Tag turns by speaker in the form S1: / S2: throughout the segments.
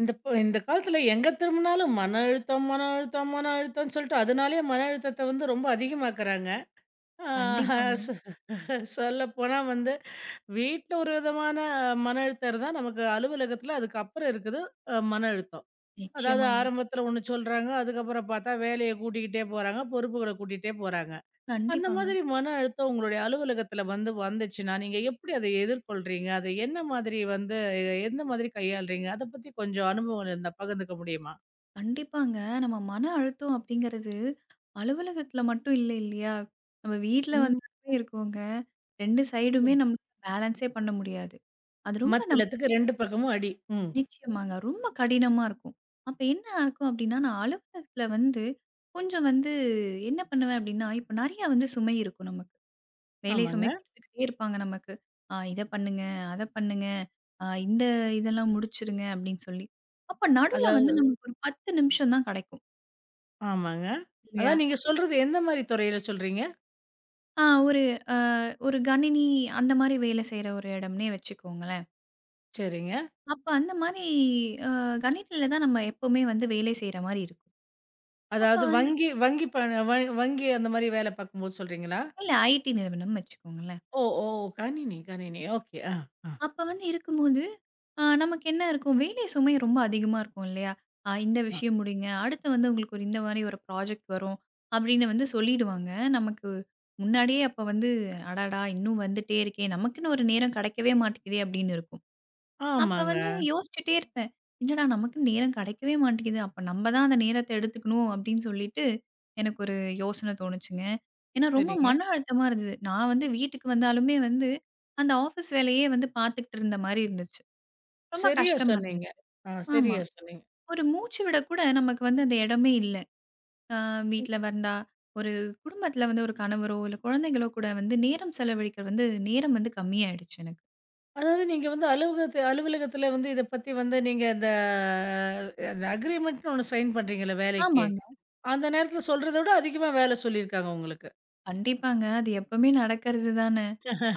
S1: இந்த காலத்துல எங்க திரும்பினாலும் மன அழுத்தம், மன அழுத்தம், மன அழுத்தம்ன்னு சொல்லிட்டு அதனாலேயே மன அழுத்தத்த வந்து ரொம்ப அதிகமாக்குறாங்க. ஆ
S2: கண்டிப்பாங்க.
S1: சொ சொல்லப்போனா வந்து வீட்ல ஒரு விதமான மன அழுத்தம் இருந்தா, நமக்கு அலுவலகத்துல அதுக்கப்புறம் இருக்குது மன அழுத்தம். அதாவது
S2: நிச்சயமாங்க.
S1: ஆரம்பத்துல ஒண்ணு சொல்றாங்க, அதுக்கப்புறம் பார்த்தா வேலைய கூட்டிக்கிட்டே போறாங்க, பொறுப்புகள கூட்டிட்டே போறாங்க. அந்த
S2: கண்டிப்பாங்க.
S1: மாதிரி மன அழுத்தம் உங்களுடைய அலுவலகத்துல வந்து வந்துச்சுன்னா, நீங்க எப்படி அதை எதிர்கொள்றீங்க? அதை என்ன மாதிரி வந்து எந்த மாதிரி கையாளுறீங்க? அத பத்தி கொஞ்சம் அனுபவம் இருந்தா பகிர்ந்துக்க முடியுமா?
S2: கண்டிப்பாங்க. நம்ம மன அழுத்தம் அப்படிங்கிறது, அலுவலகத்தில மட்டும் இல்ல இல்லையா? நம்ம வீட்ல
S1: ம்.
S2: வந்தாலுமே இருக்குங்க. 2 சைடுமே
S1: ம்.
S2: நம்மளால பேலன்ஸே பண்ண முடியாது. அது ரொம்ப நம்
S1: மத்தளத்துக்கு 2 பக்கமும் அடி. ம்.
S2: நிச்சயமாங்க. ரொம்ப கடினமா இருக்கும். அப்ப என்ன ஆகும் அப்படின்னா, நான் அலுவலகத்தில வந்து, கொஞ்சம் வந்து என்ன பண்ணுவேன் அப்படின்னா, இப்ப நெறையா வந்து சுமை இருக்கும் நமக்கு. வேலை சுமை
S1: ஆமாங்க.
S2: குடுத்துக்கிட்டே இருப்பாங்க நமக்கு. "ஆ இத பண்ணுங்க, அத பண்ணுங்க, ஆ இந்த இதெல்லாம் முடிச்சுருங்க" அப்படின்னு சொல்லி. அப்ப நடுவுல வந்து
S1: அதாவது
S2: நமக்கு ஒரு 10 நிமிஷம் தான் கெடைக்கும்.
S1: ஆமாங்க.
S2: இல்லையா?
S1: அதான் நீங்க சொல்றது எந்த மாரி துறையில சொல்றீங்க?
S2: ஆ ஒரு அ ஒரு கணினி அந்த மாரி வேலை செய்ற ஒரு இடம்னே வச்சுக்கோங்களேன்.
S1: சரிங்க.
S2: அப்ப அந்த மாரி அ கணினில தான் நம்ம எப்பவுமே வந்து வேலை செய்ற மாரி இருக்கும். அப்ப
S1: அதாவது
S2: வந்து
S1: வங்கி வங்கி ப வ வங்கி அந்த மாரி வேலை பார்க்கும்போது சொல்றீங்களா?
S2: இல்ல ஐடி நிறுவனம் வச்சுக்கோங்களேன்.
S1: ஓ! ஓ! கணினி, கணினி. ஓகே. ஆ, ஆ,
S2: அப்ப வந்து இருக்கும்போது, நமக்கு என்ன இருக்கும், வேலை சுமை ரொம்ப அதிகமா இருக்கும் இல்லையா? இந்த
S1: ஆ.
S2: விஷயம் முடிங்க. அடுத்து வந்து உங்களுக்கு ஒரு இந்த மாரி ஒரு ப்ராஜெக்ட் வரும். அப்படின்னு வந்து சொல்லிடுவாங்க. நமக்கு முன்னாடியே அப்ப வந்து, அடடா! இன்னும் வந்துட்டே இருக்கே! நமக்குன்னு ஒரு நேரம் கிடைக்கவே மாட்டேங்குதே! அப்படின்னு இருக்கும். அப்ப
S1: ஆமாங்க.
S2: வந்து யோசிச்சுட்டே இருப்பேன். என்னடா நமக்கு நேரம் கிடைக்கவே மாட்டேங்குது. அப்ப நம்ம தான் அந்த நேரத்த எடுத்துக்கணும் அப்படின்னு சொல்லிட்டு, எனக்கு ஒரு யோசனை தோணுச்சுங்க. ஏன்னா ரொம்ப
S1: சரிங்க.
S2: மன அழுத்தமா இருந்தது. நான் வந்து வீட்டுக்கு வந்தாலுமே வந்து, அந்த ஆஃபீஸ் வேலையே வந்து பார்த்துக்கிட்டு இருந்த மாரி இருந்துச்சு. ரொம்ப
S1: சரியா
S2: கஷ்டமா
S1: சொன்னீங்க.
S2: இருந்துச்சு.
S1: ஆ
S2: ஆமா.
S1: சரியா சொன்னீங்க.
S2: ஒரு மூச்சு விட கூட நமக்கு வந்து அந்த இடமே இல்ல. அ வீட்ல வந்தா, ஒரு குடும்பத்துல வந்து ஒரு கணவரோ, இல்ல குழந்தைகளோ கூட வந்து நேரம் செலவழிக்க வந்து நேரம் வந்து கம்மியாயிடுச்சு எனக்கு.
S1: அதாவது நீங்க வந்து அலுவலகத்துல வந்து இத பத்தி வந்து நீங்க அந்த அக்ரீமெண்ட்ன்னு ஒண்ணு சைன் பண்றீங்கல்ல வேலைக்கு.
S2: ஆமாங்க.
S1: அந்த நேரத்துல சொல்றத விட அதிகமா வேலை சொல்லியிருக்காங்க உங்களுக்கு.
S2: கண்டிப்பாங்க. அது எப்பவுமே நடக்கிறது தான.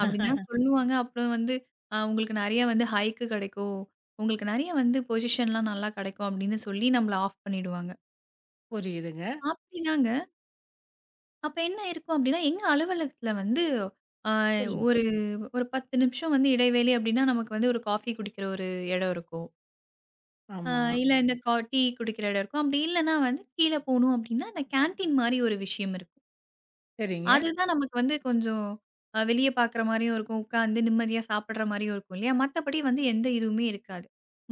S2: அப்படிதான் சொல்லுவாங்க. அப்புறம் வந்து உங்களுக்கு நெறைய வந்து ஹைக் கிடைக்கும். உங்களுக்கு நெறைய வந்து பொசிஷன்லாம் நல்லா கிடைக்கும் அப்படின்னு சொல்லி நம்மள ஆஃப் பண்ணிடுவாங்க.
S1: புரியுதுங்க.
S2: அப்படிதாங்க. அப்ப என்ன இருக்கும் அப்படின்னா, எங்க அலுவலகத்துல வந்து அ
S1: சொல்லுங்க.
S2: ஒரு ஒரு 10 நிமிஷம் வந்து இடைவேளை அப்படின்னா, நமக்கு வந்து ஒரு காஃபி குடிக்கிற ஒரு இடம் இருக்கும். அ
S1: ஆமா.
S2: இல்ல இந்த டீ குடிக்கிற இடம் இருக்கும். அப்படி இல்லன்னா வந்து கீழ போணும் அப்படின்னா, இந்த கேன்டீன் மாரி ஒரு விஷயம் இருக்கும்.
S1: சரிங்க.
S2: அதுதான் நமக்கு வந்து கொஞ்சம் வெளிய பார்க்குற மாரியும் இருக்கும். உட்காந்து நிம்மதியா சாப்பிடுற மாரியும் இருக்கும் இல்லையா? மத்தபடி வந்து எந்த இதுவுமே இருக்காது.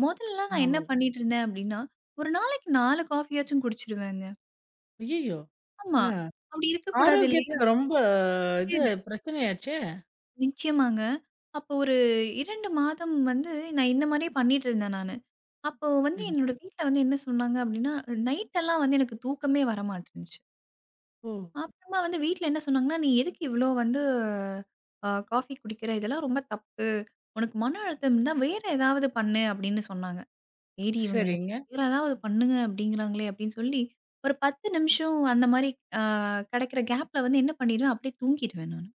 S2: மொதல்லலாம் நான் என்ன
S1: ஆமா.
S2: பண்ணிட்டுருந்தேன் அப்டின்னா, ஒரு நாளைக்கு 4 காஃபியாச்சும் குடிச்சுருவேங்க.
S1: ஐய்யய்யோ!
S2: ஆமா.
S1: அ
S2: அப்டி இருக்கக்கூடாது இல்லையா?
S1: ஆரோக்கியத்துக்கு ரொம்ப இது
S2: கேளு
S1: பிரச்சனையாச்சே!
S2: நிச்சயமாங்க. அப்போ ஒரு 2 மாதம் வந்து நான் இந்த மாரியே பண்ணிட்டுருந்தேன் நானு. அப்போ வந்து
S1: ம்.
S2: என்னோட வீட்ல வந்து என்ன சொன்னாங்க அப்டின்னா, நைட்டெல்லாம் வந்து எனக்கு தூக்கமே வரமாட்டுருந்துச்சு.
S1: ஓ!
S2: அப்புறமா வந்து வீட்ல என்ன சொன்னாங்கன்னா, "நீ எதுக்கு இவ்ளோ வந்து காஃபி குடிக்கிற? இதெல்லாம் ரொம்ப தப்பு." உனக்கு மன அழுத்தம் இருந்தா வேற ஏதாவது பண்ணு அப்படின்னு சொன்னாங்க. சரி இவங்க
S1: சரிங்க.
S2: வேற ஏதாவது பண்ணுங்க அப்படிங்கிறாங்களே அப்படின்னு சொல்லி, ஒரு 10 நிமிஷம் அந்த மாரி அ கெடைக்கிற கேப்ல வந்து என்ன பண்ணிடுவேன், அப்படியே தூங்கிடுவேன் நானு.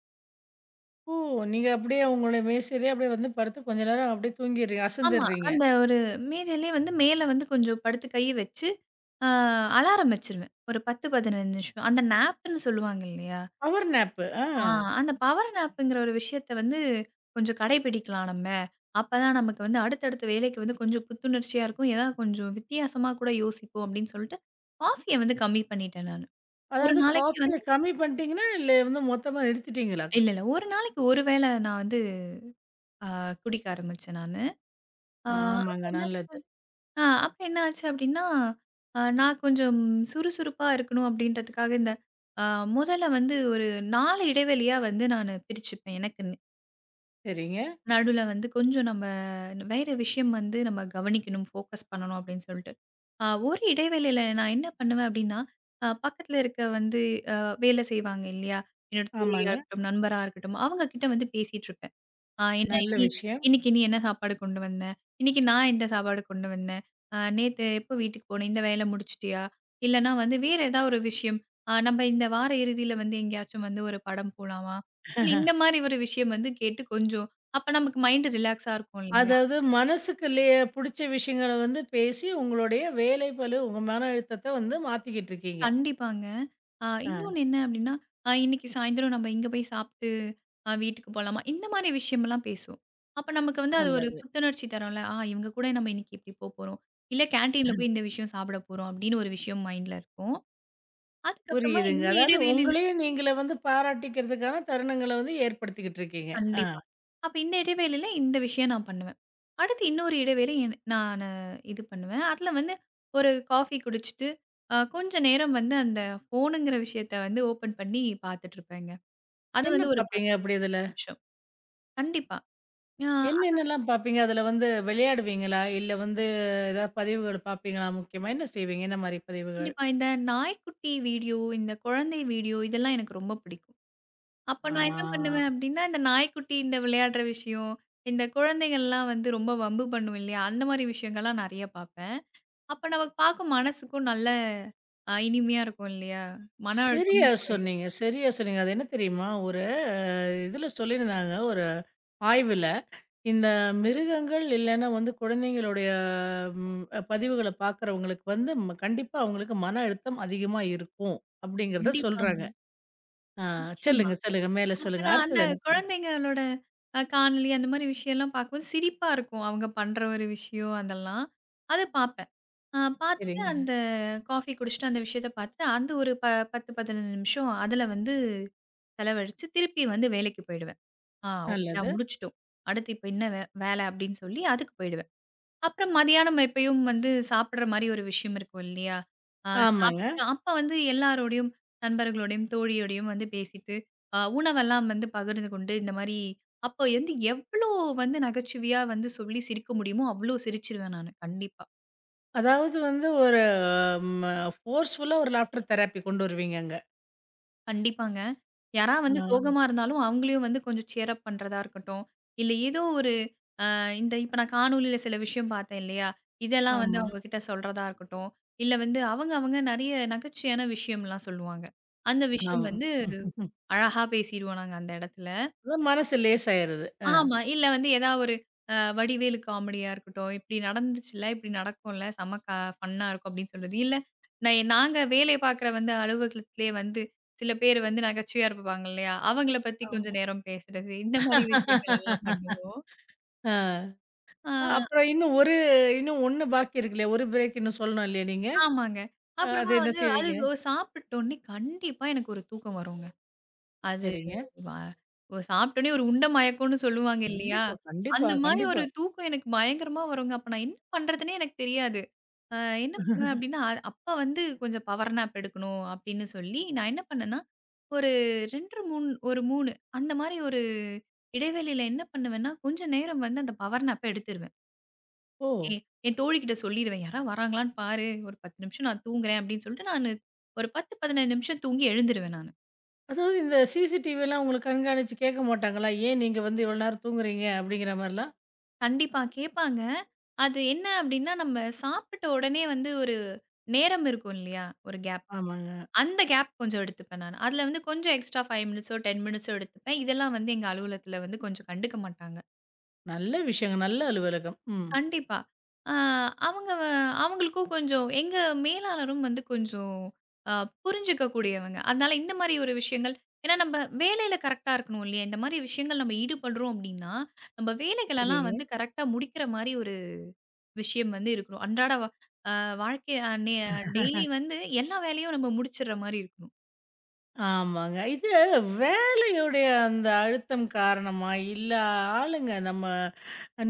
S1: ஓ! நீங்க அப்படியே உங்களுடைய மேசையிலேயே அப்படியே வந்து படுத்து கொஞ்ச நேரம் அப்படியே தூங்கிர்றீங்க.
S2: ஆமா.
S1: அசந்துர்றீங்க.
S2: அந்த ஒரு மேஜையிலயே வந்து மேல வந்து கொஞ்சம் படுத்து கைய வச்சு, அ அலாரம் வச்சுருவேன். ஒரு 10, 15 நிமிஷம். அந்த நேப்புன்னு சொல்லுவாங்க இல்லையா?
S1: பவர் நேப்பு. ஆ.
S2: ஆ, அந்த பவர் நேப்புங்கிற ஒரு விஷயத்த வந்து கொஞ்சம் கடைபிடிக்கலாம் நம்ம. அப்பதான் நமக்கு வந்து அடுத்தடுத்த வேலைக்கு வந்து கொஞ்சம் புத்துணர்ச்சியா இருக்கும். ஏதாவது கொஞ்சம் வித்தியாசமா கூட யோசிப்போம் அப்படின்னு சொல்லிட்டு, காஃபிய வந்து கம்மி பண்ணிட்டேன் நானு. ஒரு
S1: அதாவது
S2: நாளைக்கு
S1: காஃபிய
S2: வந்து
S1: கம்மி பண்ணிட்டீங்கன்னா, இல்ல வந்து மொத்தமா நிறுத்திட்டீங்களா?
S2: இல்ல, இல்ல. ஒரு நாளைக்கு ஒரு வேள நான் வந்து அ குடிக்க ஆரம்பிச்சேன் நானு. அ அப்ப
S1: ஆமாங்க.
S2: என்ன
S1: நல்லது.
S2: ஆ அப்ப என்ன ஆச்சு அப்படின்னா, நான் கொஞ்சம் சுறுசுறுப்பா இருக்கணும் அப்படின்றதுக்காக இந்த அ முதல்ல வந்து ஒரு 4 இடைவெளியா வந்து நானு பிரிச்சுப்பேன் எனக்குன்னு.
S1: சரிங்க.
S2: நடுவுல வந்து கொஞ்சம் நம்ம வேற விஷயம் வந்து நம்ம கவனிக்கணும், ஃபோக்கஸ் பண்ணணும் அப்படின்னு சொல்லிட்டு. ஒரு இடைவேளையில நான் என்ன பண்ணுவேன் அப்படின்னா, பக்கத்துல இருக்க வந்து அ வேலை செய்வாங்க இல்லையா? என்னோட தோழியா
S1: ஆமாங்க.
S2: இருக்கட்டும், நண்பரா இருக்கட்டும், அவங்க கிட்ட வந்து பேசிட்டுருப்பேன். ஆ என்ன
S1: நல்ல
S2: இ
S1: விஷயம்.
S2: இன்னைக்கு நீ என்ன சாப்பாடு கொண்டு வந்த? இன்னைக்கு நான் எந்த சாப்பாடு கொண்டு வந்தேன்? நேத்து எப்போ வீட்டுக்கு போன? இந்த வேலை முடிச்சுட்டியா? இல்லன்னா வந்து வேற ஏதா ஒரு விஷயம், நம்ம இந்த வார இறுதியில வந்து எங்கேயாச்சும் வந்து ஒரு படம் போலாமா? இல்ல இந்த மாரி ஒரு விஷயம் வந்து கேட்டு கொஞ்சம் அப்ப நமக்கு மைண்ட் ரிலாக்ஸா இருக்கும் இல்லையா?
S1: அதாவது மனசுக்கு புடிச்ச விஷயங்கள வந்து பேசி, உங்களுடைய வேலைப்பளு, உங்க மன அழுத்தத்த வந்து மாத்திக்கிட்டு இருக்கீங்க.
S2: கண்டிப்பாங்க.
S1: ஆ
S2: இன்னொன்னு என்ன அப்டின்னா, இன்னைக்கு சாயந்தரம் நம்ம இங்க போய் சாப்ட்டு, வீட்டுக்கு போலாமா? இந்த மாரி விஷயமெல்லாம் பேசுவோம். அப்ப நமக்கு வந்து அது ஒரு
S1: நல்லது.
S2: புத்துணர்ச்சி தரும்ல. ஆ இவங்க கூட நம்ம இன்னைக்கு இப்டி போறோம். இல்ல கேன்டீன்ல போய் இந்த விஷயம் சாப்பிட போறோம் அப்டின்னு ஒரு விஷயம் மைண்ட்ல இருக்கும். அதுக்கப்புறமா
S1: புரியுதுங்க.
S2: இந்த
S1: அதாவது
S2: இடைவேளையில
S1: உங்களையே நீங்களே வந்து பாராட்டிக்கிறதுக்கான தருணங்கள வந்து ஏற்படுத்திக்கிட்டு இருக்கீங்க. ஆ.
S2: கண்டிப்பா. அப்ப இந்த இடைவேளையில இந்த விஷயம் நான் பண்ணுவேன். அடுத்து இன்னொரு இடைவேளை நானு இது பண்ணுவேன். அதுல வந்து ஒரு காஃபி குடிச்சிட்டு, கொஞ்ச நேரம் வந்து அந்த ஃபோனுங்கிற விஷயத்த வந்து ஓப்பன் பண்ணி பாத்துட்டுருப்பேங்க. அது
S1: என்ன
S2: வந்து ஒரு
S1: பார்ப்பீங்க
S2: 10
S1: அப்படி இதுல?
S2: நிமிஷம். கண்டிப்பா. ஆ
S1: என்னென்னலாம் பார்ப்பீங்க? அதுல வந்து விளையாடுவீங்களா? இல்ல வந்து ஏதாவது பதிவுகள் பார்ப்பீங்களா முக்கியமா? என்ன செய்வீங்க? என்ன மாரி பதிவுகள்?
S2: கண்டிப்பா. இந்த நாய்க்குட்டி வீடியோ, இந்த குழந்தை வீடியோ இதெல்லாம் எனக்கு ரொம்ப பிடிக்கும். அப்ப நான் என்ன
S1: ஆ.
S2: பண்ணுவேன் அப்டின்னா, இந்த நாய்க்குட்டி இந்த விளையாடுற விஷயம், இந்த குழந்தைகள்லாம் வந்து ரொம்ப வம்பு பண்ணும் இல்லையா? அந்த மாரி விஷயங்கள்லாம் நெறைய பார்ப்பேன். அப்ப நமக்கு பார்க்கும் மனசுக்கும் நல்ல இனிமையா இருக்கும் இல்லையா? மன
S1: சரியா
S2: அழுத்தமும் குறையும்.
S1: சொன்னீங்க, சரியா சொன்னீங்க. அது என்ன தெரியுமா? ஒரு இதுல சொல்லியிருந்தாங்க, ஒரு ஆய்வுல. இந்த மிருகங்கள் இல்லன்னா வந்து குழந்தைங்களுடைய ம் பதிவுகள பார்க்குறவங்களுக்கு வந்து கண்டிப்பா அவங்களுக்கு மன அழுத்தம் அதிகமா இருக்கும். அப்படிங்கிறத
S2: கண்டிப்பாங்க.
S1: சொல்றாங்க. ஆ
S2: நிச்சயமா.
S1: சொல்லுங்க, சொல்லுங்க. மேல
S2: அப்ப
S1: சொல்லுங்க.
S2: நான் அந்த
S1: அடுத்தது என்ன பண்ண
S2: குழந்தைங்களோட காணொலி அந்த மாரி விஷயம்லாம் பார்க்கும்போது சிரிப்பா இருக்கும். அவங்க பண்ற ஒரு விஷயம் அதெல்லாம். அத பார்ப்பேன். ஆ பார்த்துட்டு
S1: சரிங்க.
S2: அந்த காஃபி குடிச்சுட்டு அந்த விஷயத்த பார்த்துட்டு, அந்த ஒரு ப 10, 15 நிமிஷம் அதுல வந்து செலவழிச்சு, திருப்பி வந்து வேலைக்கு போயிடுவேன். ஆ ஓகேடா
S1: நல்லது.
S2: முடிச்சுட்டோம். அடுத்து இப்ப என்ன வேலை அப்படின்னு சொல்லி அதுக்கு போயிடுவேன். அப்புறம் மதியானம் எப்பயும் வந்து சாப்பிடுற மாரி ஒரு விஷயம் இருக்கும் இல்லையா? ஆ
S1: ஆமாங்க.
S2: சாப்பிட்டு அப்ப வந்து எல்லாரோடையும், நண்பர்களோடையும், தோழியோடையும் வந்து பேசிட்டு, உணவெல்லாம் வந்து பகிர்ந்து கொண்டு இந்த மாரி அப்போ வந்து எவ்ளோ வந்து நகைச்சுவையா வந்து சொல்லி சிரிக்க முடியுமோ, அவ்ளோ சிரிச்சுருவேன் நானு கண்டிப்பா.
S1: அதாவது வந்து ஒரு ம ஃபோர்ஸ்ஃபுல்லா ஒரு லாஃப்டர் தெரப்பி கொண்டு வருவீங்க அங்க.
S2: கண்டிப்பாங்க. யாரா வந்து
S1: ஆ.
S2: சோகமா இருந்தாலும், அவங்களையும் வந்து கொஞ்சம் சியர் அப் பண்றதா இருக்கட்டும். இல்ல ஏதோ ஒரு அ இந்த இப்ப நான் காணொளியில சில விஷயம் பார்த்தேன் இல்லையா? இதெல்லாம் வந்து
S1: ஆமா,
S2: அவங்க கிட்ட சொல்றதா இருக்கட்டும். இல்ல வந்து அவங்க அவங்க நெறைய நகைச்சுவையான விஷயம்லாம் சொல்லுவாங்க. அந்த விஷயம்
S1: ஆமா.
S2: வந்து அழகா பேசிருவோம் நாங்க அந்த இடத்துல.
S1: அதான் மனசு லேசாயிருது. ஆ.
S2: ஆமா. இல்ல வந்து ஏதா ஒரு வடிவேலு காமெடியா இருக்கட்டும். "இப்டி நடந்துச்சுல்ல, இப்டி நடக்கும்ல, செம ஃபன்னா இருக்கும்" அப்டின்னு சொல்றது. இல்ல நாங்க வேலை பார்க்குற வந்து அலுவலகத்திலேயே வந்து சில பேர் வந்து நகைச்சுவையா இருப்பாங்க இல்லையா? அவங்கள பத்தி கொஞ்சம்
S1: ஆமா.
S2: நேரம் பேசுறது. இந்த மாரி விஷயங்கள் எல்லாம் பண்ணுவோம்.
S1: ஆ.
S2: ஆ
S1: அப்புறம் இன்னும் 1 பாக்கி இருக்குல்லையா? 1 பிரேக் இன்னும் சொல்லணும் இல்லையா நீங்க?
S2: ஆமாங்க.
S1: அது
S2: அப்புறமா
S1: என்ன
S2: வந்து
S1: செய்வீங்க?
S2: சாப்பிட்டோனே கண்டிப்பா எனக்கு ஒரு தூக்கம் வருங்க. அது
S1: சரிங்க.
S2: வ சாப்பிட்டோனே ஒரு உண்ட மயக்கம்னு சொல்லுவாங்க இல்லையா?
S1: கண்டிப்பா, கண்டிப்பா,
S2: அந்த மாரி ஒரு
S1: கண்டிப்பா.
S2: தூக்கம் எனக்கு பயங்கரமா வருங்க. அப்ப நான் என்ன பண்றதுன்னே எனக்கு தெரியாது. அ என்ன பண்ணுவேன் அப்டின்னா, அப்பா வந்து கொஞ்சம் பவர் நேப் எடுக்கணும் அப்டின்னு சொல்லி, நான் என்ன பண்ணேன்னா, ஒரு 2 3 ஒரு 3 அந்த மாரி ஒரு இடைவெளியில என்ன பண்ணுவேன்னா, கொஞ்சம் நேரம் வந்து அந்த பவர் நேப்ப எடுத்துருவேன்.
S1: ஓ!
S2: எ என் தோழிகிட்ட சொல்லிருவேன். "யாராவது வராங்களான்னு பாரு. ஒரு 10 நிமிஷம் நான் தூங்குறேன்" அப்டின்னு சொல்லிட்டு நானு ஒரு 10, 15 நிமிஷம் தூங்கி எழுந்துருவேன் நானு.
S1: அதாவது இந்த சிசிடிவிலாம் உங்கள கண்காணிச்சு கேட்க மாட்டாங்களா? ஏன் நீங்க வந்து இவ்வளோ நேரம் தூங்குறீங்க? அப்படிங்கிற மாரிலாம்?
S2: கண்டிப்பா கேட்பாங்க. அது என்ன அப்டின்னா, நம்ம சாப்பிட்ட உடனே வந்து ஒரு நேரம் இருக்கும் இல்லையா? ஒரு கேப்.
S1: ஆமாங்க.
S2: அந்த கேப் கொஞ்சம் எடுத்துப்பேன் நானு. அதுல வந்து கொஞ்சம் எக்ஸ்ட்ரா 5 மினிட்ஸோ, 10 மினிட்ஸோ எடுத்துப்பேன். இதெல்லாம் வந்து எங்க அலுவலகத்துல வந்து கொஞ்சம் கண்டுக்க மாட்டாங்க.
S1: நல்ல விஷயங்க. நல்ல அலுவலகம். ம்.
S2: கண்டிப்பா. அ அவங்க வ அவங்களுக்கும் கொஞ்சம் எங்க மேலாளரும் வந்து கொஞ்சம் அ புரிஞ்சுக்கக்கூடியவங்க. அதனால இந்த மாரி ஒரு விஷயங்கள் ஏன்னா நம்ம வேலையில கரெக்ட்டா இருக்கணும் இல்லையா? இந்த மாரி விஷயங்கள் நம்ம ஈடுபடுறோம் அப்படின்னா, நம்ம வேலைகளெல்லாம்
S1: சரிங்க.
S2: வந்து கரெக்ட்டா முடிக்கிற மாரி ஒரு விஷயம் வந்து இருக்கணும். அன்றாட வ அ வாழ்க்கை அ நெ டெய்லி வந்து எல்லா வேலையும் நம்ம முடிச்சிடுற மாரி இருக்கணும்.
S1: ஆமாங்க. இது வேலையுடைய அந்த அழுத்தம் காரணமா, இல்ல ஆளுங்க நம்ம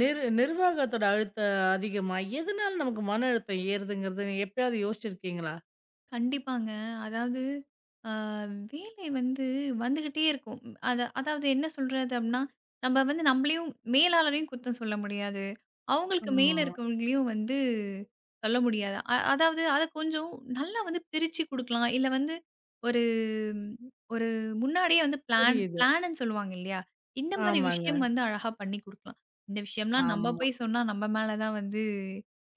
S1: நிர்வாகத்தோட அழுத்தம் அதிகமா, எதனால நமக்கு மன அழுத்தம் ஏறுதுங்கிறது நீங்க எப்பயாவது யோசிச்சிருக்கீங்களா?
S2: கண்டிப்பாங்க. அதாவது அ வேலை வந்து வந்துகிட்டே இருக்கும். அதாவது என்ன சொல்றது அப்டின்னா, நம்ம வந்து நம்மளையும் மேலாளரையும் குத்தம் சொல்ல முடியாது. அவங்களுக்கு
S1: ஆமா.
S2: மேல இருக்கவங்களையும் வந்து சொல்ல முடியாது. அ அதாவது அத கொஞ்சம் நல்லா வந்து பிரிச்சு குடுக்கலாம். இல்ல வந்து ஒரு ம், ஒரு முன்னாடியே வந்து
S1: புரியுது.
S2: பிளான்னு சொல்லுவாங்க இல்லையா? இந்த மாரி
S1: ஆமாங்க.
S2: விஷயம் வந்து அழகா பண்ணி குடுக்கலாம். இந்த விஷயம்லாம் நம்ம
S1: ஆமா.
S2: போய் சொன்னா நம்ம மேல தான் வந்து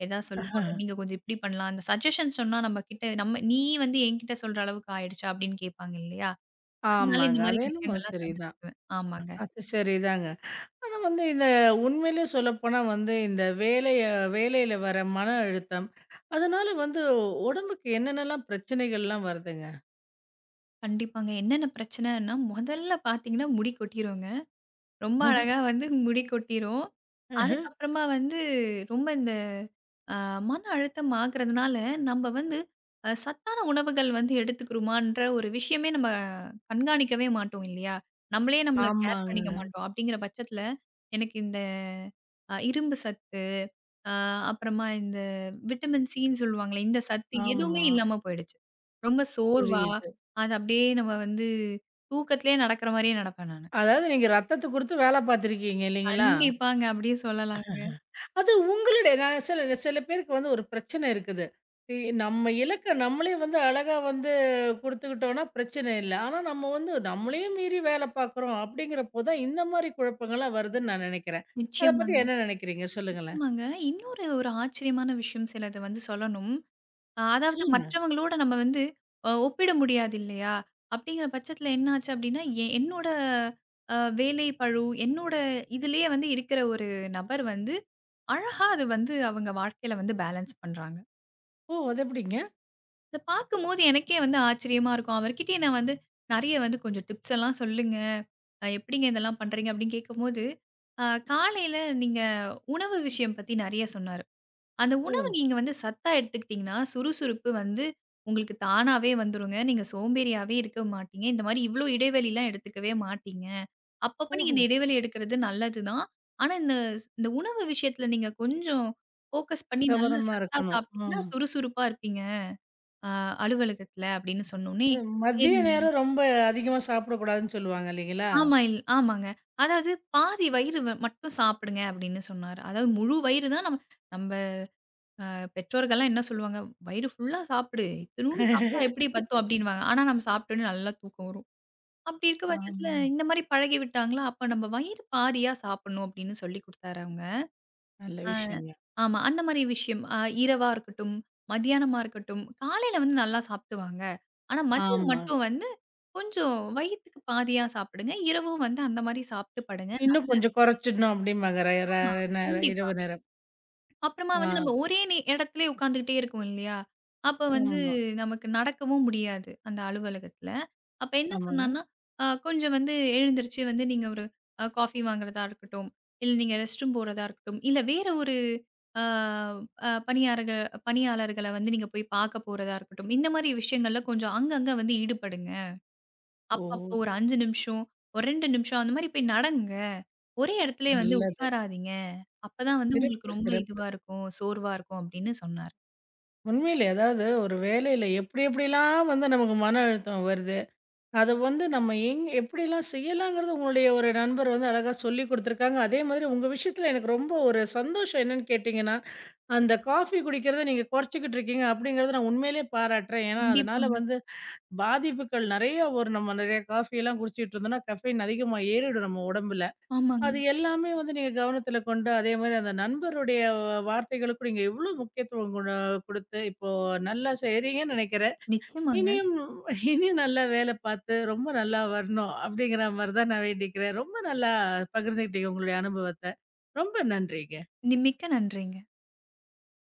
S2: எதா சொல்லுவாங்க. நீங்க கொஞ்சம் இப்படி பண்ணலாம். அந்த சஜஷன் சொன்னா நம்ம கிட்ட நம்ம "நீ வந்து என்கிட்ட சொல்ற அளவுக்கு ஆயிடுச்சா?" அப்படின்னு கேட்பாங்க இல்லையா? அதனால
S1: ஆமாங்க.
S2: இந்த மாரி
S1: அது என்னமோ
S2: விஷயங்கள்லாம்
S1: சரிதான்.
S2: தவிர்த்துக்குவேன். ஆமாங்க.
S1: அது சரிதாங்க. ஆனா வந்து இந்த உண்மையிலேயே சொல்லப்போனா வந்து இந்த வேலையில வர மன அழுத்தம், அதனால வந்து உடம்புக்கு என்னென்னலாம் பிரச்சனைகள்லாம் வருதுங்க?
S2: கண்டிப்பாங்க. என்னென்ன பிரச்சனைன்னா, முதல்ல பார்த்தீங்கன்னா முடி கொட்டிருங்க. ரொம்ப அழகா வந்து முடி கொட்டிரும். அதுக்கப்புறமா வந்து ரொம்ப இந்த அ மன அழுத்தம் ஆகுறதுனால, நம்ப வந்து சத்தான உணவுகள் வந்து எடுத்துக்கிறோமான்ற ஒரு விஷயமே நம்ம கண்காணிக்கவே மாட்டோம் இல்லையா? நம்மளே நம்மள கேர் பண்ணிக்க
S1: ஆமாங்க.
S2: மாட்டோம். அப்படிங்கிற பட்சத்தில, எனக்கு இந்த இரும்பு சத்து, அ அப்புறமா இந்த விட்டமின் சின்னு சொல்லுவாங்களே, இந்த சத்து எதுவுமே
S1: ஆமா.
S2: இல்லாம போயிடுச்சு. ரொம்ப சோர்வா,
S1: புரியுது.
S2: அது அப்படியே நம்ம வந்து தூக்கத்திலேயே நடக்கிற மாரியே நடப்பேன் நானு.
S1: அதாவது நீங்க ரத்தத்த குடுத்து வேல பார்த்துருக்கீங்க இல்லைங்களா?
S2: கண்டிப்பாங்க. அப்படியே சொல்லலாம்.
S1: அது உங்களுடைய நான் சில சில பேருக்கு வந்து ஒரு பிரச்சனை இருக்குது. இ நம்ம இலக்க நம்மளே வந்து அழகா வந்து குடுத்துக்கிட்டோம்னா பிரச்சனை இல்ல. ஆனா நம்ம வந்து நம்மளையும் மீறி வேல பார்க்குறோம் அப்படிங்கிறப்போ தான் இந்த மாரி குழப்பங்கள்லாம் வருதுன்னு நான் நெனைக்கிறேன். அத பத்தி
S2: நிச்சயமாங்க,
S1: என்ன நெனைக்கிறீங்க? சொல்லுங்களேன்.
S2: நிச்சயமாங்க. இன்னொரு ஒரு ஆச்சரியமான விஷயம் சிலது வந்து சொல்லணும். அதாவது
S1: சொல்லுங்க.
S2: மற்றவங்களோட நம்ம வந்து ஒப்பிட முடியாது இல்லையா? அப்படிங்கிற பட்சத்தில என்ன ஆச்சு அப்படின்னா, என்னோட வேலை பளு, என்னோட இதிலேயே வந்து இருக்கிற ஒரு நபர் வந்து, அழகா அது வந்து அவங்க வாழ்க்கையில வந்து பேலன்ஸ் பண்றாங்க.
S1: ஓ! அது எப்படிங்க?
S2: இத பார்க்கும்போது எனக்கே வந்து ஆச்சரியமா இருக்கும். அவர்கிட்டயே நான் வந்து நெறைய வந்து "கொஞ்சம் டிப்ஸ் எல்லாம் சொல்லுங்க. எப்படிங்க இதெல்லாம் பண்றீங்க?" அப்படின்னு கேட்கும்போது, அ காலையில நீங்க உணவு விஷயம் பத்தி நெறைய சொன்னாரு. அந்த உணவு
S1: ஓ!
S2: நீங்க வந்து சத்தா எடுத்துக்கிட்டீங்கன்னா, சுறுசுறுப்பு வந்து உங்களுக்கு தானாவே வந்துருங்க. நீங்க சோம்பேறியாவே இருக்க மாட்டீங்க. இந்த மாரி இவ்ளோ இடைவெளிலாம் எடுத்துக்கவே மாட்டீங்க. அப்பப்ப நீங்க
S1: ஓஹோ!
S2: இந்த இடைவெளி எடுக்கிறது நல்லது தான். ஆனா, இந்த இந்த உணவு விஷயத்துல நீங்க கொஞ்சம் ஃபோக்கஸ் பண்ணி நல்லா
S1: கவனமா
S2: சத்தா
S1: இருக்கணும்.
S2: சாப்பிட்டீங்கன்னா,
S1: ம்.
S2: சுறுசுறுப்பா இருப்பீங்க. அ அலுவலகத்துல அப்படின்னு சொன்னோனே,
S1: அது மதிய
S2: சரிங்க.
S1: நேரம் ரொம்ப அதிகமா சாப்பிடக்கூடாதுன்னு சொல்லுவாங்க இல்லைங்களா?
S2: ஆமாங்க. அதாவது பாதி வயிறு மட்டும் சாப்பிடுங்க அப்படின்னு சொன்னாரு. அதாவது முழு வயிறு தான் நம்ம நம் பெற்றோர்கள்லாம் என்ன சொல்லுவாங்க? "வயிறு ஃபுல்லா சாப்பிடு. இத்துணூண்டு சாப்பிட்டா எப்படி பத்தும்?" அப்படின்னுவாங்க. ஆனா, நம்ம சாப்பிட்டோனே நல்லா தூக்கம் வரும். அப்படி இருக்க பட்சத்தில
S1: ஆமா.
S2: இந்த மாரி பழகி விட்டாங்களா, அப்ப நம்ம வயிறு பாதியா சாப்பிடணும் அப்படின்னு சொல்லி குடுத்தாரு அவங்க.
S1: நல்ல
S2: அ
S1: விஷயங்க.
S2: ஆமா. அந்த மாரி விஷயம். இரவா இருக்கட்டும், மதியானமா இருக்கட்டும், காலையில வந்து நல்லா சாப்பிடுவாங்க. ஆனா, மதியம்
S1: ஆமா.
S2: மட்டும் வந்து கொஞ்சம் வயித்துக்கு பாதியா சாப்பிடுங்க. இரவும் வந்து அந்த மாரி சாப்பிட்டு படுங்க.
S1: இன்னும் கொஞ்சம் குறைச்சிடணும் அப்படிம்பாங்க. ர
S2: ஆமா.
S1: ர நேரம்
S2: கண்டிப்பா.
S1: இரவு நேரம்.
S2: அப்புறமா வந்து
S1: ஆ
S2: நம்ம ஒரே இடத்திலே உட்காந்துக்கிட்டே இருக்கோம் இல்லையா? அப்ப வந்து
S1: ஆமா.
S2: நமக்கு நடக்கவும் முடியாது, அந்த அலுவலகத்தில. அப்ப என்ன
S1: ஆமாங்க.
S2: சொன்னான்னா, கொஞ்சம் வந்து எழுந்திருச்சு வந்து நீங்க ஒரு காஃபி வாங்குறதா இருக்கட்டும், இல்ல நீங்க ரெஸ்ட் ரூம் போறதா இருக்கட்டும், இல்ல வேற ஒரு அ அ பணியாளர்கள் பணியாளர்கள வந்து நீங்க போய் பார்க்க போறதா இருக்கட்டும், இந்த மாரி விஷயங்கள்ல கொஞ்சம் அங்கங்க வந்து ஈடுபடுங்க.
S1: ஓ!
S2: அப்பப்போ ஒரு 5 நிமிஷம், ஒரு 2 நிமிஷம் அந்த மாரி போய் நடங்க. ஒரே இடத்துலயே வந்து
S1: நல்லது.
S2: உட்காராதீங்க. அப்பதான் வந்து
S1: சிறப்பு,
S2: உங்களுக்கு ரொம்ப
S1: சிறப்பு.
S2: இதுவா இருக்கும், சோர்வா இருக்கும் அப்படின்னு சொன்னாரு.
S1: உண்மையிலே அதாவது ஒரு வேலையில எப்படி எப்படிலாம் வந்து நமக்கு மன அழுத்தம் வருது. அத வந்து நம்ம எப்படிலாம் செய்யலாங்கிறது உங்களுடைய ஒரு நண்பர் வந்து அழகா சொல்லிக் குடுத்துருக்காங்க. அதே மாதிரி உங்க விஷயத்துல எனக்கு ரொம்ப ஒரு சந்தோஷம் என்னன்னு கேட்டீங்கன்னா, அந்த காஃபி குடிக்கிறத நீங்க குறைச்சுக்கிட்டு இருக்கீங்க அப்படிங்கிறத நான் உண்மையிலேயே பாராட்டுறேன். ஏன்னா, அதனால
S2: கண்டிப்பாங்க.
S1: வந்து பாதிப்புகள் நெறைய ஒரு நம்ம நெறைய காஃபியெல்லாம் குடிச்சிட்டு இருந்தோம்னா, கஃபைன் அதிகமா ஏறிடும் நம்ம உடம்புல.
S2: ஆமாங்க.
S1: அது எல்லாமே வந்து நீங்க கவனத்துல கொண்டு, அதே மாரி அந்த நண்பருடைய வார்த்தைகளுக்கும் நீங்க எவ்ளோ முக்கியத்துவம் குடுத்து, இப்போ நல்லா செய்றீங்கன்னு நெனைக்கிறேன்.
S2: நிச்சயமாங்க.
S1: இனியும் இனியும் நல்லா வேல பார்த்து, ரொம்ப நல்லா வரணும் அப்படிங்கிற மாரி தான் நான் வேண்டிக்கிறேன். ரொம்ப நல்லா பகிர்ந்துக்கிட்டீங்க உங்களுடைய அனுபவத்த. ரொம்ப நன்றிங்க.
S2: மிக்க நன்றிங்க.